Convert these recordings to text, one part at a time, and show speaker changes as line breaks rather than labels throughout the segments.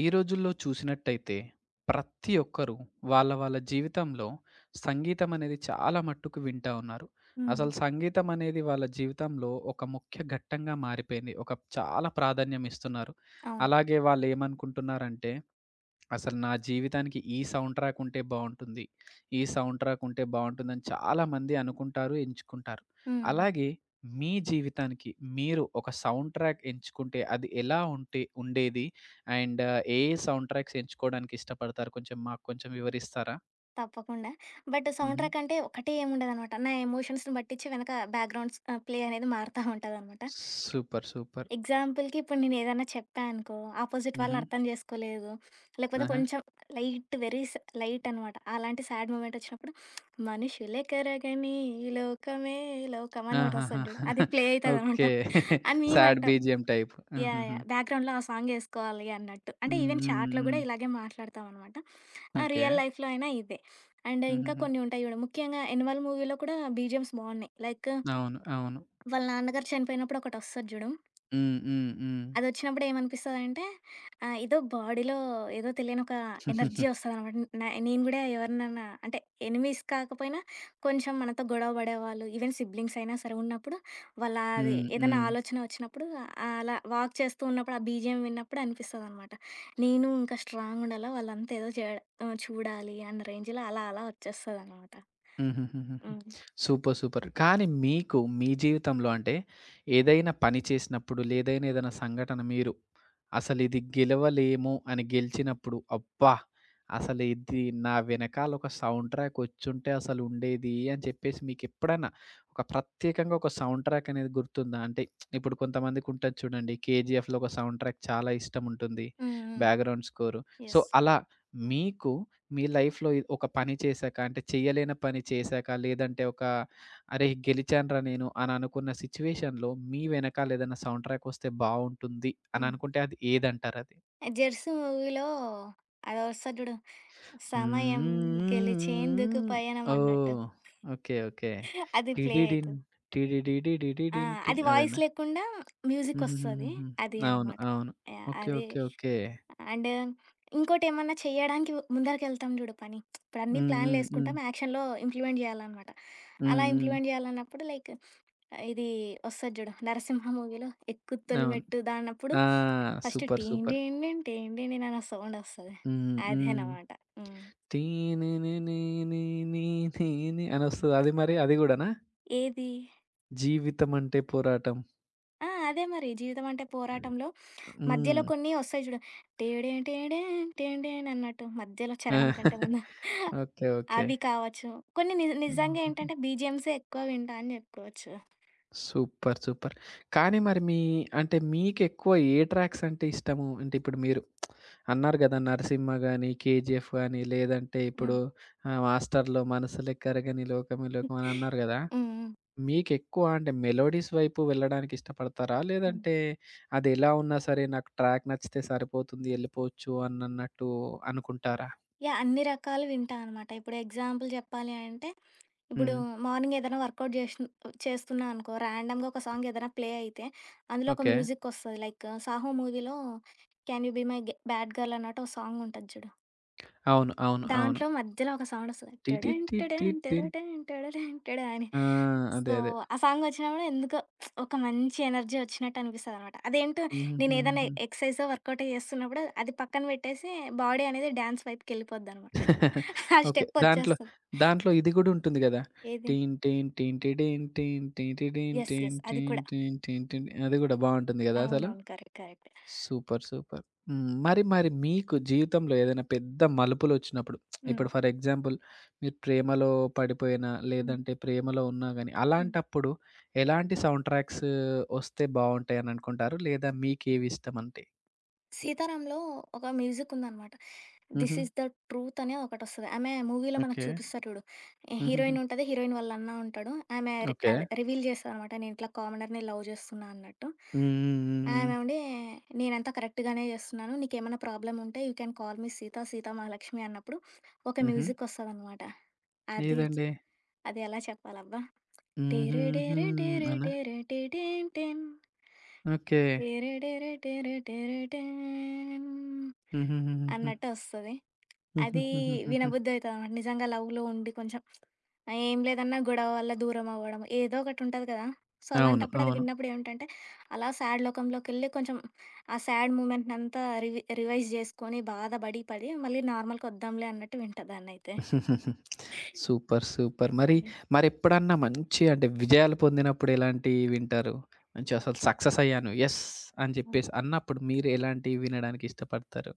ఈ రోజుల్లో చూసినట్టయితే ప్రతి ఒక్కరు వాళ్ళ వాళ్ళ జీవితంలో సంగీతం అనేది చాలా మట్టుకు వింటా ఉన్నారు.
హ్మ్.
అసలు సంగీతం అనేది వాళ్ళ జీవితంలో ఒక ముఖ్య ఘట్టంగా మారిపోయింది. ఒక చాలా ప్రాధాన్యం ఇస్తున్నారు.
అవును.
అలాగే వాళ్ళేమనుకుంటున్నారంటే అసలు నా జీవితానికి ఈ సౌండ్ ట్రాక్ ఉంటే బావుంటుంది. ఈ సౌండ్ ట్రాక్ ఉంటే బావుంటుందని చాలామంది అనుకుంటారు, ఎంచుకుంటారు.
హ్మ్.
అలాగే మీ జీవితానికి మీరు ఒక సౌండ్ ట్రాక్ ఎంచుకుంటే అది ఎలా ఉంటే ఉండేది? అండ్ ఏ సౌండ్ ట్రాక్స్ ఎంచుకోవడానికి ఇష్టపడతారు? కొంచెం మాకు కొంచెం వివరిస్తారా?
తప్పకుండా. సౌండ్
హుహు.
ట్రాక్ అంటే ఒకటే ఏముండదనమాట. నా ఎమోషన్స్‌ని బట్టిచ్చి వెనక బ్యాక్‌గ్రౌండ్స్ ప్లే అనేది మారుతా ఉంటదనమాట.
సూపర్. సూపర్.
ఎగ్జాంపుల్‌కి ఇప్పుడు నేనేదన్నా చెప్పా అనుకో, ఆపోజిట్ వాళ్ళు
హుహు.
అర్థం జేసుకోలేదు. లేకపోతే
ఆహా!
కొంచెం లైట్ వెరీ స్ లైట్ అనమాట. అలాంటి సాడ్ మూమెంట్ ఒచ్చినప్పుడు మనుషులే కరగని ఈ లోకమే ఈ లోకం అని
ఆహాహా!
ఒకటొస్తది జూడు. అది ప్లే అయితదనమాట.
ఓకే.
అని
సాడ్
మేమంటాం.
BGM type.
యాహ్!
హుహుహు.
యాహ్! బ్యాక్‌గ్రౌండ్‌లో ఆ సాంగేసుకోవాలి అన్నట్టు. అంటే
హ్మ్.
ఈవెన్
హ్మ్.
చాట్‌లో
హ్మ్.
గూడా ఇలాగే మాట్లాడతామనమాట.
ఓకే.
రియల్ లైఫ్‌లో అయినా ఇదే. ఇంకా
హుహుహు.
కొన్ని ఉంటాయి జూడు. ముఖ్యంగా 'ఎనిమల్' మూవీలో కూడా బీజీఎమ్స్ బావున్నాయి.
అవును. అవును.
వాళ్ళ నాన్నగారు చనిపోయినప్పుడు ఒకటొస్తది జూడు.
హ్మ్. హ్మ్. హ్మ్.
అదొచ్చినప్పుడు ఏమనిపిస్తదంటే, ఏదో బాడీలో ఏదో తెలియని ఒక ఎనర్జీ వస్తదనమాట. నేను గూడా ఎవరినన్నా అంటే ఎనిమీస్ కాకపోయినా కొంచెం మనతో గొడవ పడేవాళ్ళు, ఈవెన్ సిబ్లింగ్స్ అయినా సరే ఉన్నప్పుడు, వాళ్ళ అది
హ్మ్.
ఏదైనా
హ్మ్.
ఆలోచన వచ్చినప్పుడు అలా వాక్ చేస్తూ ఉన్నప్పుడు ఆ బీజీఎం విన్నప్పుడు అనిపిస్తదనమాట. నేను ఇంకా స్ట్రాంగ్ ఉండాలా, వాళ్ళంతా ఏదో జేడ చూడాలి అన్న రేంజ్‌లో అలా అలా వచ్చేస్తదనమాట.
హుహుహుహుహు.
హ్మ్.
సూపర్. సూపర్. కానీ మీకు మీ జీవితంలో అంటే ఏదైనా పని చేసినప్పుడు లేదైనా ఏదైనా సంఘటన మీరు అసలిది గెలవలేము అని గెలిచినప్పుడు అబ్బా! అసలు ఇది నా వెనకాల ఒక సౌండ్ ట్రాక్ వచ్చుంటే అసలు ఉండేది అని చెప్పేసి మీకెప్పుడైనా ఒక ప్రత్యేకంగా ఒక సౌండ్ ట్రాక్ అనేది గుర్తుందా? అంటే ఇప్పుడు కొంతమందికి ఉంటది చూడండి 'కేజీఎఫ్‌లో' ఒక సౌండ్ ట్రాక్ చాలా ఇష్టం ఉంటుంది.
హ్మ్. హ్మ్.
Background score. So,
yes.
అలా మీకు మీ లైఫ్‌లో ఇ ఒక పని చేశాక అంటే చేయలేని పని చేశాక, లేదంటే ఒక అరేయ్! గెలిచానురా నేను అని అనుకున్న సిట్యుయేషన్‌లో మీ వెనకాల ఏదైనా సౌండ్ ట్రాక్ వస్తే బావుంటుంది అని
హ్మ్.
అనుకుంటే అది ఏదంటారది?
ఆ! 'జెర్సీ' మూవీలో అదొస్తది జూడు. సమయం గెలిచేందుకు
హ్మ్.
పయనం అన్నట్టు.
ఓహ్! ఓకే. ఓకే.
అది ప్లే
టిడిడిన్
అయితది. ఆ!
టిడిడిడిడిడిడిన్
అది
టిన్
వాయిస్
అదేనా?
లేకుండా మ్యూజికొస్తది.
హుహుహుహుహు.
అది
అవును.
అనమాట.
అవును.
యాహ్!
ఓకే.
అది.
ఓకే. ఓకే.
అండ్ ఇంకోటేమన్నా చెయ్యడానికి ముందరకెళ్తాం జూడు పని. ఇప్పుడన్నీ
హ్మ్. హ్మ్. హ్మ్.
ప్లాన్‌లేసుకుంటాం. యాక్షన్‌లో ఇంప్లిమెంట్ జేయాలనమాట.
హ్మ్.
అలా
హ్మ్.
ఇంప్లిమెంట్ జేయాలన్నప్పుడు ఇది ఒస్తది జూడు 'నరసింహ' మూవీలో 'ఎక్కు తొలి
అవును.
మెట్టు దా' అన్నప్పుడు
ఆ!
First
super.
టీన్
సూపర్.
డీన్ డీన్ టీన్ డీన్ డీన్ అనే సౌండొస్తది.
హ్మ్. హ్మ్.
అదనమాట. హ్మ్.
టీ నీ నీ నీ నీ నీ నీ నీ అనొస్తది. అది మరి అది గూడానా?
ఏది?
జీవితం అంటే పోరాటం.
ఆ! అదే మరి. జీవితం అంటే పోరాటంలో
హ్మ్.
మధ్యలో కొన్ని వస్తాయి చూడు. టేడే టేడే టేడే అన్నట్టు మధ్యలో చరణం
ఆ!
కంటే ముందు.
ఓకే. ఓకే.
అవి కావచ్చు. కొన్ని నిజంగా
హుహుహు.
ఏంటంటే బీజీఎమ్సే ఎక్కువ వింటా అని చెప్పుకోవచ్చు.
సూపర్. సూపర్. కానీ మరి మీ అంటే మీకెక్కువ ఏ ట్రాక్స్ అంటే ఇష్టము? అంటే ఇప్పుడు మీరు అన్నారు గదా! 'నరసింహ' గాని, 'కేజీఎఫ్' గాని లేదంటే
హ్మ్.
ఇప్పుడు 'మాస్టర్‌లో' 'మనసులెక్కరగని లోకమే
హ్మ్.
లోకం' అని అన్నారు గదా!
హ్మ్.
మీకెక్కువ అంటే మెలోడీస్ వైపు వెళ్ళడానికి ఇష్టపడతారా?
హ్మ్.
లేదంటే అదెలా ఉన్నా సరే నాకు ట్రాక్ నచ్చితే సరిపోతుంది ఎళ్ళిపోవచ్చు అనన్నట్టు అనుకుంటారా?
యాహ్! అన్ని రకాలు వింటా అనమాట. ఇప్పుడు ఎగ్జాంపుల్ చెప్పాలి అంటే, ఇప్పుడు
హ్మ్.
మార్నింగ్ ఏదైనా వర్కౌట్ చేస్తున్నా అనుకో, ర్యాండమ్‌గా ఒక సాంగ్ ఏదైనా ప్లే అయితే, అందులో ఒక
ఓకే.
మ్యూజిక్ వస్తది. లైక్ 'సాహో' మూవీలో 'క్యాన్ యూ బీ మై గె బ్యాడ్ గర్ల్' అన్నట్టు ఒక సాంగ్ ఉంటది చూడు.
అవును. అవును. అవును.
దాంట్లో మధ్యలో ఒక సాంగొస్తది.
టీ టీ
టడెన్
టీ టీ
టడెన్
టీన్
టరటెన్ టడడెన్ టడా అని.
ఆ! అదే.
సో,
అదే.
ఆ సాంగొచ్చినప్పుడు ఎందుకో ఒక మంచి ఎనర్జీ వచ్చినట్టనిపిస్తదనమాట. అదేంటో నేనేదైనా
హుహుహుహుహు.
ఎక్సర్‌సైజో, వర్కౌటో చేస్తున్నప్పుడు అది పక్కన పెట్టేసి బాడీ అనేది డాన్స్ వైపుకెళ్ళిపోద్దనమాట. ఆ
ఓకే. దాంట్లో,
స్టెప్పొచ్చేస్తది.
దాంట్లో ఇది గూడా ఉంటుంది గదా!
ఏది?
టీన్ టీన్ టీన్ టిడిన్ టీన్ టీన్ టిడిన్
యెస్.
టీన్
యెస్. అది
టీన్
కూడా.
టీన్ టీన్ టీన్ అది గూడా బావుంటుంది గదా అసలు?
అవునవును. కరెక్ట్. కరెక్ట్.
సూపర్. సూపర్. హ్మ్. మరి మరి మీకు జీవితంలో ఏదైనా పెద్ద మలుపులొచ్చినప్పుడు
హ్మ్.
ఇప్పుడు ఫర్ ఎగ్జాంపుల్ మీరు ప్రేమలో పడిపోయినా,
హ్మ్.
లేదంటే ప్రేమలో ఉన్నా గాని,
హ్మ్.
అలాంటప్పుడు ఎలాంటి సౌండ్ ట్రాక్స్ ఒస్తే బావుంటాయని అనుకుంటారు? లేదా మీకేవి ఇష్టమంటే?
'సీతారాంలో' ఒక మ్యూజికుందనమాట. 'దిస్
హుహు.
ఈజ్ ద ట్రూత్' అనే ఒకటొస్తది. ఆమె మూవీలో మనకు
ఓకే.
చూపిస్తారు చూడు.
హుహుహు.
హీరోయిన్ ఉంటది. హీరోయిన్ వాళ్ళ అన్న ఉంటాడు. ఆమె రి
ఓకే.
రివీల్ చేస్తదనమాట. నేను ఇట్లా కామనర్‌ని లవ్ చేస్తున్నా అన్నట్టు.
హ్మ్. హ్మ్. హ్మ్. హ్మ్.
ఆమె ఉండి నేనంతా కరెక్ట్‌గానే చేస్తున్నాను. నీకేమైనా ప్రాబ్లమ్ ఉంటే you can call me Sita, Sita Mahalakshmi అన్నప్పుడు ఒక
హుహు.
మ్యూజిక్ వస్తదనమాట. అది చ్
ఏదండి?
అది ఎలా చెప్పాలబ్బా! డేరే
హుహుహు.
డేరే డేరే
అనా?
డేరే డే డేన్ డేన్
ఓకే.
డేరే డేరే డేరే డేరే డేన్
హుహుహుహుహు.
అన్నట్టు వస్తది. అది
హుహుహుహుహు.
వినబుద్ధయితదనమాట. నిజంగా లవ్‌లో ఉండి కొంచెం ఏం లేదన్నా గొడవ వల్ల దూరం అవ్వడం, ఏదో ఒకటి ఉంటది కదా! సో,
అవును.
అలాంటప్పుడు అది
అవును.
విన్నప్పుడు ఏమిటంటే, అలా సాడ్ లోకంలోకెళ్ళి కొంచెం ఆ సాడ్ మూమెంట్‌నంతా రివైజ్ జేసుకొని బాధపడి, పడి మళ్ళీ నార్మల్‌కొద్దాంలే అన్నట్టు వింటా దాన్నయితే.
సూపర్. సూపర్. మరి మరెప్పుడన్నా మంచి అంటే విజయాలు పొందినప్పుడు ఎలాంటివి వింటారు? మంచి అసలు సక్సెస్ అయ్యాను. యెస్! అని
హ్మ్.
చెప్పేసి అన్నప్పుడు మీరు ఎలాంటివి వినడానికి ఇష్టపడతారు?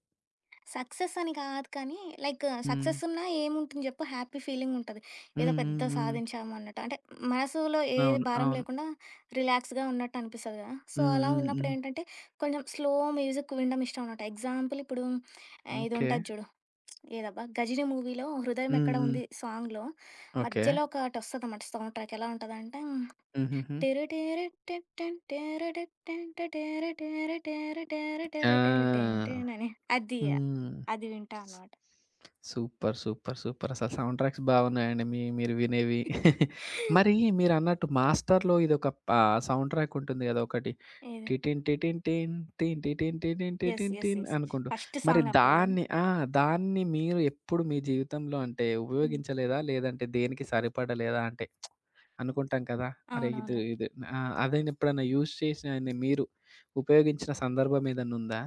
సక్సెస్ అని కాదు కానీ లైక్
హ్మ్.
సక్సెస్ ఉన్నా ఏముంటుంది చెప్పు? హ్యాపీ ఫీలింగ్ ఉంటది.
హ్మ్.
ఏదో
హ్మ్.
పెద్ద
హ్మ్.
సాధించాము అన్నట్టు. అంటే మనసులో ఏ
అవును.
భారం
అవును.
లేకుండా రిలాక్స్‌గా ఉన్నట్టు అనిపిస్తది కదా! సో,
హ్మ్.
అలా
హ్మ్.
ఉన్నప్పుడు
హ్మ్.
ఏంటంటే కొంచెం స్లో మ్యూజిక్ వినడం ఇష్టం అనమాట. ఎగ్జాంపుల్ ఇప్పుడు ఇది
ఓకే.
ఉంటది చూడు. ఏదబ్బా 'గజిని' మూవీలో 'హృదయం
హ్మ్.
ఎక్కడ
హ్మ్.
ఉంది' సాంగ్‌లో
ఓకే.
మధ్యలో ఒకటొస్తదనమాట సౌండ్ ట్రాక్. ఎలా ఉంటదంటే
హుహుహు.
అని
ఆ!
అది
హ్మ్.
అది వింటా అనమాట.
సూపర్. సూపర్. సూపర్. అసలు సౌండ్ ట్రాక్స్ బాగున్నాయండి. మీ మీరు వినేవి. మరి మీరన్నట్టు 'మాస్టర్‌లో' ఇదొక పా సౌండ్ ట్రాక్ ఉంటుంది గదా! ఒకటి.
ఏది?
టిటిన్ టిటిన్ టిన్, టిన్ టిటిన్ టిటిన్
యెస్.
టిటిన్
యెస్.
టిన్
యెస్.
అనుకుంటూ.
ఫస్ట్
మరి
సాంగ్ అప్పుడు గదా!
దాన్ని ఆ! దాన్ని మీరు ఎప్పుడు మీ జీవితంలో అంటే
హ్మ్.
ఉపయోగించలేదా? లేదంటే దేనికి సరిపడలేదా అంటే అనుకుంటాం కదా! అరే! ఇది
అవునవునులే.
ఇది ఆ! అదేనెప్పుడన్నా యూజ్ చేసినయన్ని మీరు ఉపయోగించిన సందర్భం ఏదన్నుందా?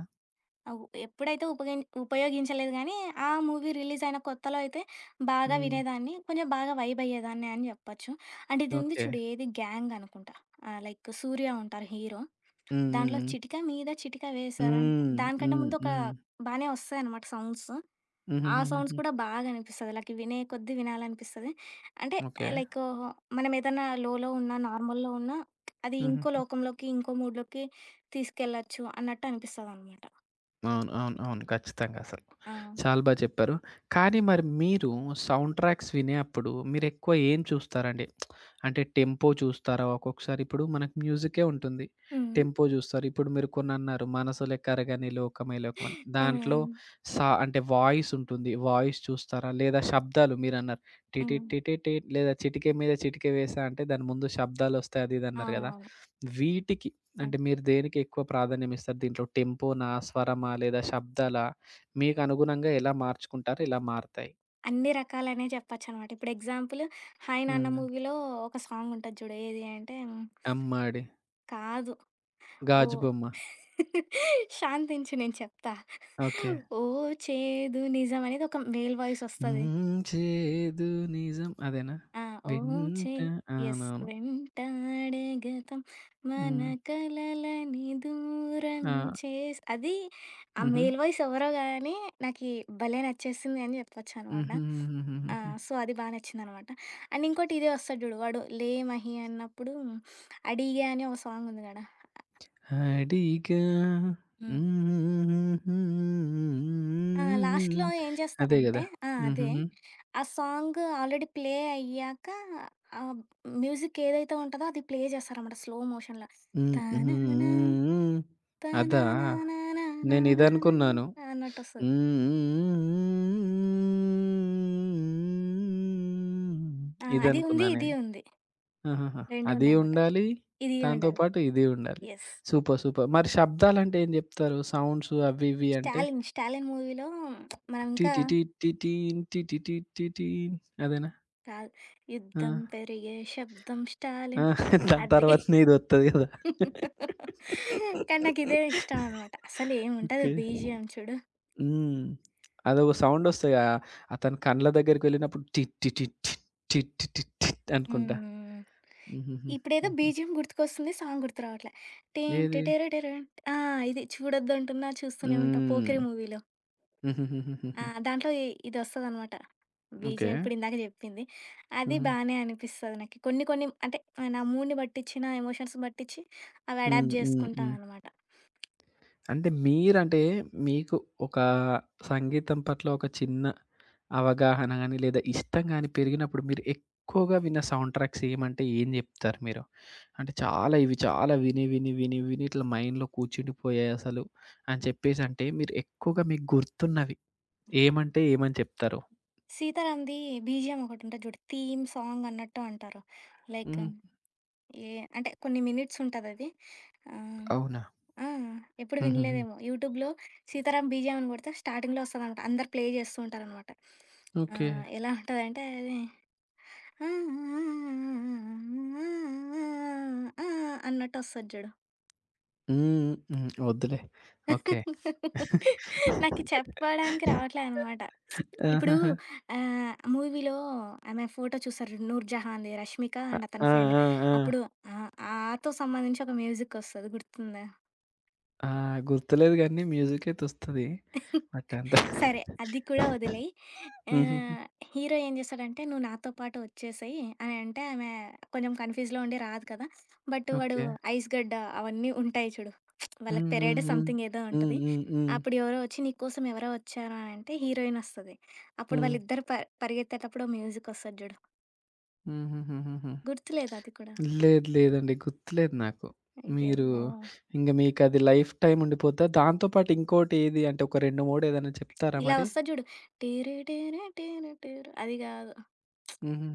అవ్ ఎప్పుడైతే ఉపయోగించలేదు గానీ, ఆ మూవీ రిలీజ్ అయిన కొత్తలో అయితే బాగా
హ్మ్.
వినేదాన్ని. కొంచెం బాగా వైబ్ అయ్యేదాన్ని అని జెప్పొచ్చు. ఇది ఉంది
ఓకే.
చూడు ఏది 'గ్యాంగ్' అనుకుంటా. లైక్ 'సూర్య' ఉంటారు హీరో.
హ్మ్.
దాంట్లో
హ్మ్.
చిటిక మీద చిటిక వేశారంట.
హ్మ్.
దానికంటే
హ్మ్.
ముందు ఒక
హ్మ్.
బానే వస్తాయనమాట సౌండ్స్. ఆ సౌండ్స్
హుహుహుహుహు.
కూడా బాగా అనిపిస్తది. లైక్ వినే కొద్దీ వినాలనిపిస్తది. అంటే
ఓకే.
లైక్ మనమేదన్నా లోలో ఉన్నా, నార్మల్‌లో ఉన్నా అది ఇంకో
హుహు.
లోకంలోకి, ఇంకో మూడ్‌లోకి తీసుకెళ్ళొచ్చు అన్నట్టు అనిపిస్తదనమాట.
అవును. అవును. అవును. ఖచ్చితంగా అసలు.
ఆ!
చాలా బా చెప్పారు. కానీ మరి మీరు సౌండ్ ట్రాక్స్ వినేప్పుడు మీరెక్కువ ఏం చూస్తారండి? అంటే టెంపో చూస్తారా? ఒక్కొక్కసారి ఇప్పుడు మనకు మ్యూజికే ఉంటుంది.
హ్మ్.
టెంపో చూస్తారు. ఇప్పుడు మీరు కొన్నన్నారు 'మనసులే కరగని లోకమే లోకం' అని.
హ్మ్.
దాంట్లో
హ్మ్.
సా అంటే వాయిస్ ఉంటుంది. వాయిస్ చూస్తారా? లేదా శబ్దాలు మీరన్నారు టిటి
హ్మ్.
టిటి టి లేదా చిటికె మీద చిటికె వేశా అంటే దాని ముందు శబ్దాలొస్తాయి అది ఇది అన్నారు గదా!
అవునవును.
వీటికి
ఆ!
అంటే మీరు దేనికి ఎక్కువ ప్రాధాన్యం ఇస్తారు? దీంట్లో టెంపోనా? స్వరమా? లేదా శబ్దాలా? మీకు అనుగుణంగా ఎలా మార్చుకుంటారో ఇలా మారతాయి.
అన్ని రకాలనే చెప్పొచ్చనమాట. ఇప్పుడు ఎగ్జాంపుల్ 'హాయ్ నాన్న'
హ్మ్.
మూవీలో ఒక సాంగుంటది చూడు. ఏది అంటే
అమ్మాడి.
కాదు. ఓ
గాజు బొమ్మ.
శాంతించు నేను చెప్తా.
ఓకే.
ఓ చేదు నిజం అనేది ఒక మేల్ వాయిస్ వస్తది.
హ్మ్. చేదు నిజం అదేనా?
ఆ! ఓ చే
వింట
యెస్
అవునవును.
వెంటాడే గతం మన
హ్మ్.
కలలని దూరం
ఆ!
చేస్ అది ఆ
హుహు.
మేల్ వాయిస్ ఎవరో గాని నాకీ భలే నచ్చేసింది అని చెప్పొచ్చనమాట. ఆ!
హుహుహుహుహుహు.
సో, అది బా నచ్చిందనమాట. ఇంకోటి ఇదే వస్తది జూడు. వాడు 'లే మహి' అన్నప్పుడు 'అడిగే' అని ఒక సాంగ్ ఉంది గదా!
అడిగా హుహుహుహుహుహు.
ఆ! లాస్ట్‌లో ఏం
అదే
చేస్తారంటే
గదా!
ఆ! అదే.
హుహుహు.
ఆ సాంగ్ ఆల్రెడీ ప్లే అయ్యాక ఆహ్, మ్యూజిక్ ఏదైతే ఉంటదో అది ప్లే చేస్తారనమాట స్లో మోషన్‌లో.
హ్మ్.
తననా
హ్మ్. అదా?
తననానానానానానానా
నేనిదనుకున్నాను.
అన్నట్టొస్తది. ఆ! అది
ఇదనుకున్నా
ఉంది, ఇది
నేను.
ఉంది.
ఆహాహా!
2
అది
ఉన్నాయనమాట.
ఉండాలి.
ఇది
దాంతో
ఉండాలి.
పాటు ఇది ఉండాలి.
యెస్.
సూపర్. సూపర్. మరి శబ్దాలంటే ఏం జెప్తారు? సౌండ్స్ అవి ఇవి అంటే?
'స్టాలిన్' మూవీలో మనం
టీ
ఇంకా
టీ టీ టీ టీన్ టీ టీ టీ టీ టీన్ అదేనా?
కాదు. యుద్ధం
ఆ!
పెరిగే శబ్దం
ఆ!
స్టాలిన్
దాని
అది.
తర్వాత నీదొత్తది గదా!
కానీ నాకిదే ఇష్టం అనమాట. అసలేముంటది
ఓకే.
బీజీఎం చూడు.
హ్మ్. అదొక సౌండొస్తది. ఆహ్, అతని కండ్ల దగ్గరికెళ్ళినప్పుడు టిట్ టిట్ టిట్ టిట్ టిట్ టిట్ టిట్ అనుకుంటా.
హ్మ్.
హుహుహు.
ఇప్పుడేదో
హుహు.
బీజీఎం గుర్తుకొస్తుంది. సాంగ్ గుర్తు రావట్లే. టీన్
ఏది?
టిటిరిటిరిన్ ఆ! ఇది చూడొద్దంటున్నా చూస్తూనే ఉంటా
హ్మ్.
'పోకిరి' మూవీలో. ఆ!
హుహుహుహుహు.
దాంట్లో ఇదొస్తదనమాట.
ఓకే.
బీజీఎం ఇప్పుడిందాక జెప్పింది. అది
హుహు.
బానే అనిపిస్తది నాకి. కొన్ని కొన్ని అంటే ఆ, నా మూడ్‌ని బట్టిచ్చి, నా ఎమోషన్స్ బట్టిచ్చి అవి
హ్మ్.
అడాప్ట్
హ్మ్.
జేసుకుంటా
హ్మ్.
అనమాట.
అంటే మీరంటే మీకు ఒక సంగీతం పట్ల ఒక చిన్న అవగాహన గాని, లేదా ఇష్టం గాని పెరిగినప్పుడు మీరు ఎక్కువగా విన్న సౌండ్ ట్రాక్స్ ఏమంటే ఏం జెప్తారు మీరు? అంటే చాలా ఇవి చాలా విని, విని, విని, విని ఇట్లా మైండ్‌లో కూర్చుండిపోయాయి అసలు అని చెప్పేసి అంటే మీరు ఎక్కువగా మీకు గుర్తున్నవి
ఓకే.
ఏమంటే ఏమని చెప్తారు?
'సీతారాం'ది బీజీఎం ఒకటుంటది జూడు. థీమ్ సాంగ్ అన్నట్టు అంటారు. లైక్
హ్మ్.
ఏ అంటే కొన్ని మినిట్స్ ఉంటదది. ఆ!
అవునా?
ఆ! ఎప్పుడు
హుహుహు.
వినలేదేమో. యూట్యూబ్‌లో 'సీతారాం బీజీఎం' అని కొడితే స్టార్టింగ్‌లో వస్తదనమాట. అందరూ ప్లే చేస్తూ ఉంటారనమాట. ఆ!
ఓకే.
ఎలా ఉంటదంటే అది ఆ అన్నట్టు వస్తది చూడు.
హ్మ్. హ్మ్. వద్దులే. ఓకే.
నాకు చెప్పడానికి రావట్లే అనమాట. ఇప్పుడు
ఆహాహా!
మూవీలో ఆమె ఫోటో చూసారు చూడు 'నూర్‌జహాన్‌ది' రష్మిక అండ్
ఆ!
అతని ఫ్రెండ్.
ఆ!
అప్పుడు
ఆ!
ఆహ్, ఆతో సంబంధించి ఒక మ్యూజిక్ వస్తది గుర్తుందా?
ఆ! గుర్తులేదు గానీ మ్యూజిక్ అయితే వస్తది. బట్ అంత
సరే. అది కూడా వదిలేయి.
హుహుహు.
ఆహ్, హీరో ఏం చేస్తాడంటే, "నువ్వు నాతో పాటు వచ్చేసేయి" అని అంటే, ఆమె కొంచెం కన్‌ఫ్యూజ్‌లో ఉండి రాదు కదా! బట్ వాడు
ఓకే.
ఐస్ గడ్డ అవన్నీ ఉంటాయి చూడు. వాళ్ళకి
హ్మ్. హ్మ్.
పెరేడ్
హ్మ్.
సంథింగ్ ఏదో
హ్మ్.
ఉంటది.
హ్మ్. హ్మ్.
అప్పుడు ఎవరో వచ్చి, "నీ కోసం ఎవరో వచ్చారు" అని అంటే హీరోయిన్ వస్తది. అప్పుడు
హ్మ్.
వాళ్ళిద్దరు పరిగెత్తేటప్పుడు మ్యూజిక్ వస్తది చూడు.
హుహుహుహుహు.
గుర్తులేదా అది కూడా?
లేదు లేదండి. గుర్తులేదు నాకు. మీరు
అయ్యయ్యో!
ఇంగ మీకది లైఫ్ టైమ్ ఉండిపోద్దా? దాంతో పాటు ఇంకోటి ఏది అంటే ఒక 2, 3 ఏదైనా చెప్తారా
ఇలా
మరి?
వస్తది చూడు. టీరి టీరి టీరి టీరు అది కాదు.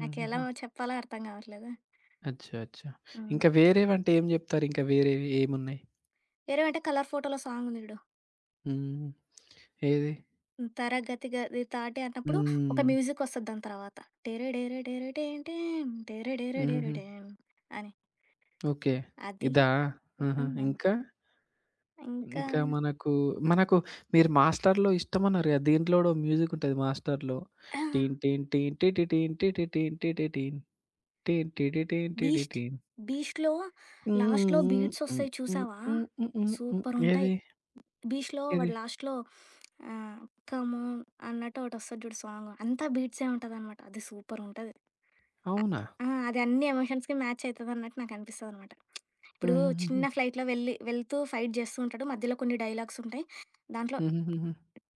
నాకెలా చెప్పాలో అర్థం కావట్లేదా?
అచ్చా! అచ్చా!
హ్మ్.
ఇంకా వేరేవంటే ఏం జెప్తారు? ఇంకా వేరేవి ఏమున్నాయి?
'ఏరవ' అంటే 'కలర్ ఫోటోలో' సాంగుంది జూడు.
హ్మ్. ఏది?
'తరగతి గది తాటే' అన్నప్పుడు ఒక
హ్మ్.
మ్యూజికొస్తది దాని తర్వాత. 'డేరె డేరె డేరె డేన్ డేన్ డేరె డేరె డేరె
హుహుహు.
డేన్' అని.
ఓకే.
అది
ఇదా? ఆహా!
అవునా!
ఇంకా?
ఇంకా
ఇంకా మనకు, మీరు 'మాస్టర్‌లో' ఇష్టమన్నారు కదా! దీంట్లో గూడా ఓ మ్యూజిక్ ఉంటది 'మాస్టర్‌లో'
ఆ!
టీన్ టీన్ టీన్ టిటి టీన్ టిటి టీన్ టిటి టీన్. టీన్ టిటి టీన్ టిటి
'బీస్ట్'.
టీన్.
'బీస్ట్‌లో' లాస్ట్‌లో
హ్మ్. హ్మ్.
బీట్సొస్తాయి
హ్మ్.
చూసావా?
హ్మ్. హ్మ్. హ్మ్. హ్మ్.
సూపరుంటాయి.
ఏది?
'బీస్ట్‌లో' వాడు
ఏది?
లాస్ట్‌లో ఆహ్, 'కమోన్' అన్నట్టు ఒకటొస్తది జూడు సాంగు. అంతా బీట్సే ఉంటదనమాట. అది సూపరుంటది. అ
అవునా?
ఆ! అది అన్ని ఎమోషన్స్‌కి మ్యాచ్ అయితదన్నట్టు నాకనిపిస్తదనమాట. ఇప్పుడు చిన్న
హుహుహుహు.
ఫ్లైట్‌లో వెళ్ళి వెళ్తూ ఫైట్ జేస్తూ ఉంటాడు. మధ్యలో కొన్ని డైలాగ్స్ ఉంటాయి. దాంట్లో
హుహుహుహు.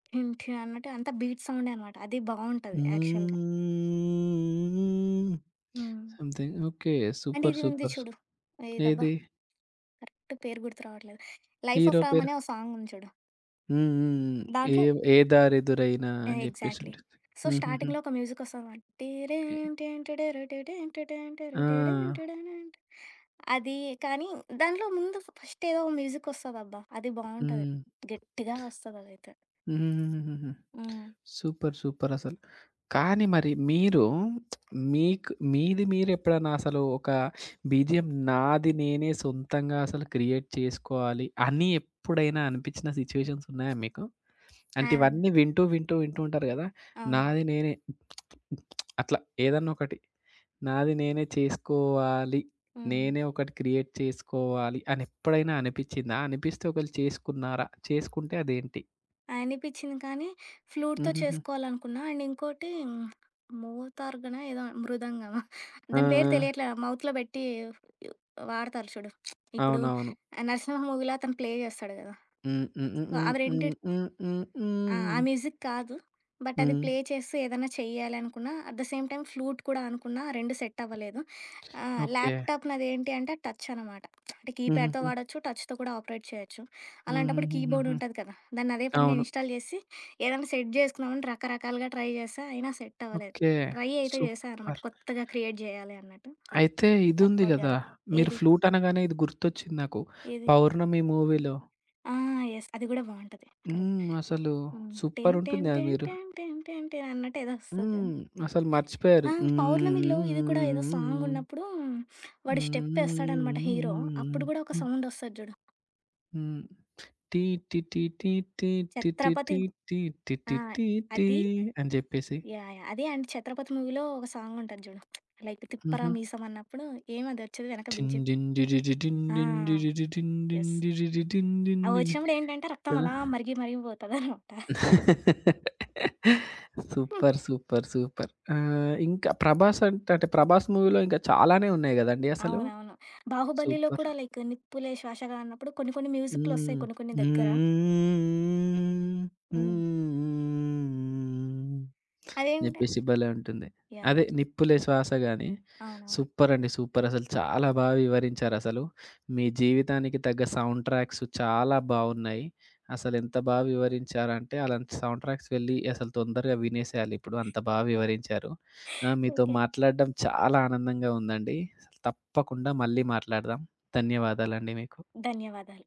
ఠిన్ ఠిన్ అన్నట్టు అంతా బీట్ సౌండే అనమాట. అది బావుంటది యాక్చువల్‌గా.
హ్మ్.
హ్మ్.
Something okay. సూపర్.
ఇది ఉంది
సూపర్.
చూడు. ఏదబ్బా!
ఏది?
కరెక్ట్ పేరు గుర్తు రావట్లేదు. 'లైఫ్
హీరో
ఆఫ్ రామ్'
పేరు?
అనే ఓ సాంగ్ ఉంది చూడు.
హ్మ్. హ్మ్. హ్మ్. ఏ
దాంట్లో
ఏ దారెదురైనా అని
యాహ్!
జెప్పేసి
ఎగ్జాక్ట్‌లీ.
ఉంటుంది.
సో,
హుహుహు.
స్టార్టింగ్‌లో ఒక మ్యూజిక్ వస్తదనమాట.
ఏ ఆ!
అది కానీ దాంట్లో ముందు ఫస్ట్ ఏదో మ్యూజిక్ వస్తదబ్బా! అది బావుంటది.
హ్మ్.
గట్టిగా వస్తదదైతే.
హుహుహుహుహు.
హ్మ్.
సూపర్. సూపర్ అసలు. కానీ మరి మీరు మీకు మీది మీరెప్పుడన్నా అసలు ఒక బీజీఎం నాది నేనే సొంతంగా అసలు క్రియేట్ చేసుకోవాలి అని ఎప్పుడైనా అనిపించిన సిట్యుయేషన్స్ ఉన్నాయా మీకు?
ఆ!
అంటే ఇవన్నీ వింటూ, వింటూ, వింటూ ఉంటారు గదా!
అవునవును.
నాది నేనే అట్లా ఏదన్నా ఒకటి నాది నేనే చేసుకోవాలి.
హ్మ్.
నేనే ఒకటి క్రియేట్ చేసుకోవాలి అని ఎప్పుడైనా అనిపిచ్చిందా? అనిపిస్తే ఒకవేళ చేసుకున్నారా? చేసుకుంటే అదేంటి?
అనిపిచ్చింది కానీ, ఫ్లూట్‌తో
హుహుహు.
చేసుకోవాలనుకున్నా. ఇంకోటి మోతార్గన ఏదో మృదంగమా
ఆ!
దాని పేరు
ఆ!
తెలియట్లే. మౌత్‌లో పెట్టి వాడతారు చూడు. ఇప్పుడు
అవునవును.
'నరసింహ' మూవీలో అతను ప్లే చేస్తాడు కదా!
హ్మ్. హ్మ్.
సో,
హ్మ్.
అవి
హ్మ్.
రెండిటితో
హ్మ్. హ్మ్.
ఆ!
హ్మ్.
ఆ మ్యూజిక్ కాదు. బట్ అది
హ్మ్.
ప్లే చేస్తూ ఏదన్నా చెయ్యాలనుకున్నా, at the same time flute కూడా అనుకున్నా, ఆ 2 సెట్ అవ్వలేదు.
ఓకే.
ల్యాప్‌టాప్ నాదేంటి అంటే టచ్ అనమాట. అంటే కీప్యాడ్‌తో
హుహుహు.
వాడొచ్చు, టచ్‌తో కూడా ఆపరేట్ చేయొచ్చు. అలాంటప్పుడు కీబోర్డ్
హుహుహుహుహు.
ఉంటది కదా! దాన్ని అదే పనిగా
అవును.
ఇన్‌స్టాల్ చేసి, ఏదైనా సెట్ చేసుకుందామని రకరకాలుగా ట్రై చేశా, అయినా సెట్ అవ్వలేదు.
ఓకే.
ట్రై అయితే చేశా అనమాట.
సూపర్.
కొత్తగా క్రియేట్ చేయాలి అన్నట్టు.
అయితే ఇదుంది
వర్కౌట్
గదా!
కాలే.
మీరు
ఏది?
ఫ్లూట్ అనగానే ఇది గుర్తొచ్చింది నాకు.
ఏది?
'పౌర్ణమి' మూవీలో
ఆ! యెస్. అది కూడా బావుంటది. కరెక్ట్.
హ్మ్. అసలు
హ్మ్.
సూపర్
టేన్ టేన్
ఉంటుంది అది
టేన్
మీరు.
టేన్ టేన్ టేన్ టేన్ అన్నట్టు ఏదో వస్తది కదా!
హ్మ్. అసలు మర్చిపోయారు.
ఆ!
హ్మ్.
'పౌర్ణమిలో'
హ్మ్.
ఇది కూడా ఏదో
హ్మ్.
సాంగున్నప్పుడు
హ్మ్.
వాడు స్టెప్
హ్మ్.
ఏస్తాడనమాట
హ్మ్.
హీరో. అప్పుడు
హ్మ్.
గూడా ఒక
హ్మ్.
సౌండొస్తది జూడు.
హ్మ్. టీ టీ టీ టీ టీ టీ టీ టీ
'ఛత్రపతి'
టీ టీ టీ
ఆ!
టీ టీ
అది
అని జెప్పేసి
యాహ్! యాహ్! అది 'ఛత్రపతి' మూవీలో ఒక సాంగుంటది జూడు. లైక్ 'తిప్పరా
హుహు.
మీసం' అన్నప్పుడు ఏమది వచ్చేది వెనక
టిన్
బీజీఎం.
డిన్ డిడిడి డిన్ డిన్
ఆ!
డిడిడి డిన్ డిన్
యెస్.
డిడిడి డిన్ డిన్
అవి
డిడి
వచ్చినప్పుడు ఏంటంటే రక్తం
కదా!
అలా మరిగి మరిగి పోతదనమాట.
సూపర్. సూపర్. సూపర్. ఇంకా 'ప్రభాస్' అంటే, అంటే 'ప్రభాస్' మూవీలో ఇంకా చాలానే ఉన్నాయి గదండీ అసలు.
అవునవును. 'బాహుబలిలో'
సూపర్.
కూడా లైక్ 'నిప్పులే శ్వాసగా' అన్నప్పుడు కొన్ని కొన్ని మ్యూజిక్‌లొస్తాయి
హ్మ్.
కొన్ని కొన్ని దగ్గర.
హ్మ్.
హ్మ్.
హ్మ్. అని
అదేంట
జెప్పేసి భలే ఉంటుంది.
యాహ్!
అదే
యాహ్!
'నిప్పులే శ్వాస' గాని
అవునవును.
సూపర్ అండి. సూపర్ అసలు చాలా బా వివరించారసలు. మీ జీవితానికి తగ్గ సౌండ్ ట్రాక్స్ చాలా బావున్నాయి. అసలెంత బా వివరించారంటే అలాంటి సౌండ్ ట్రాక్స్ వెళ్ళి అసలు తొందరగా వినేసేయాలిప్పుడు. అంత బా వివరించారు. మీతో
ఓకే.
మాట్లాడడం చాలా ఆనందంగా ఉందండి. తప్పకుండా మళ్ళీ మాట్లాడదాం. ధన్యవాదాలండి మీకు.
ధన్యవాదాలు.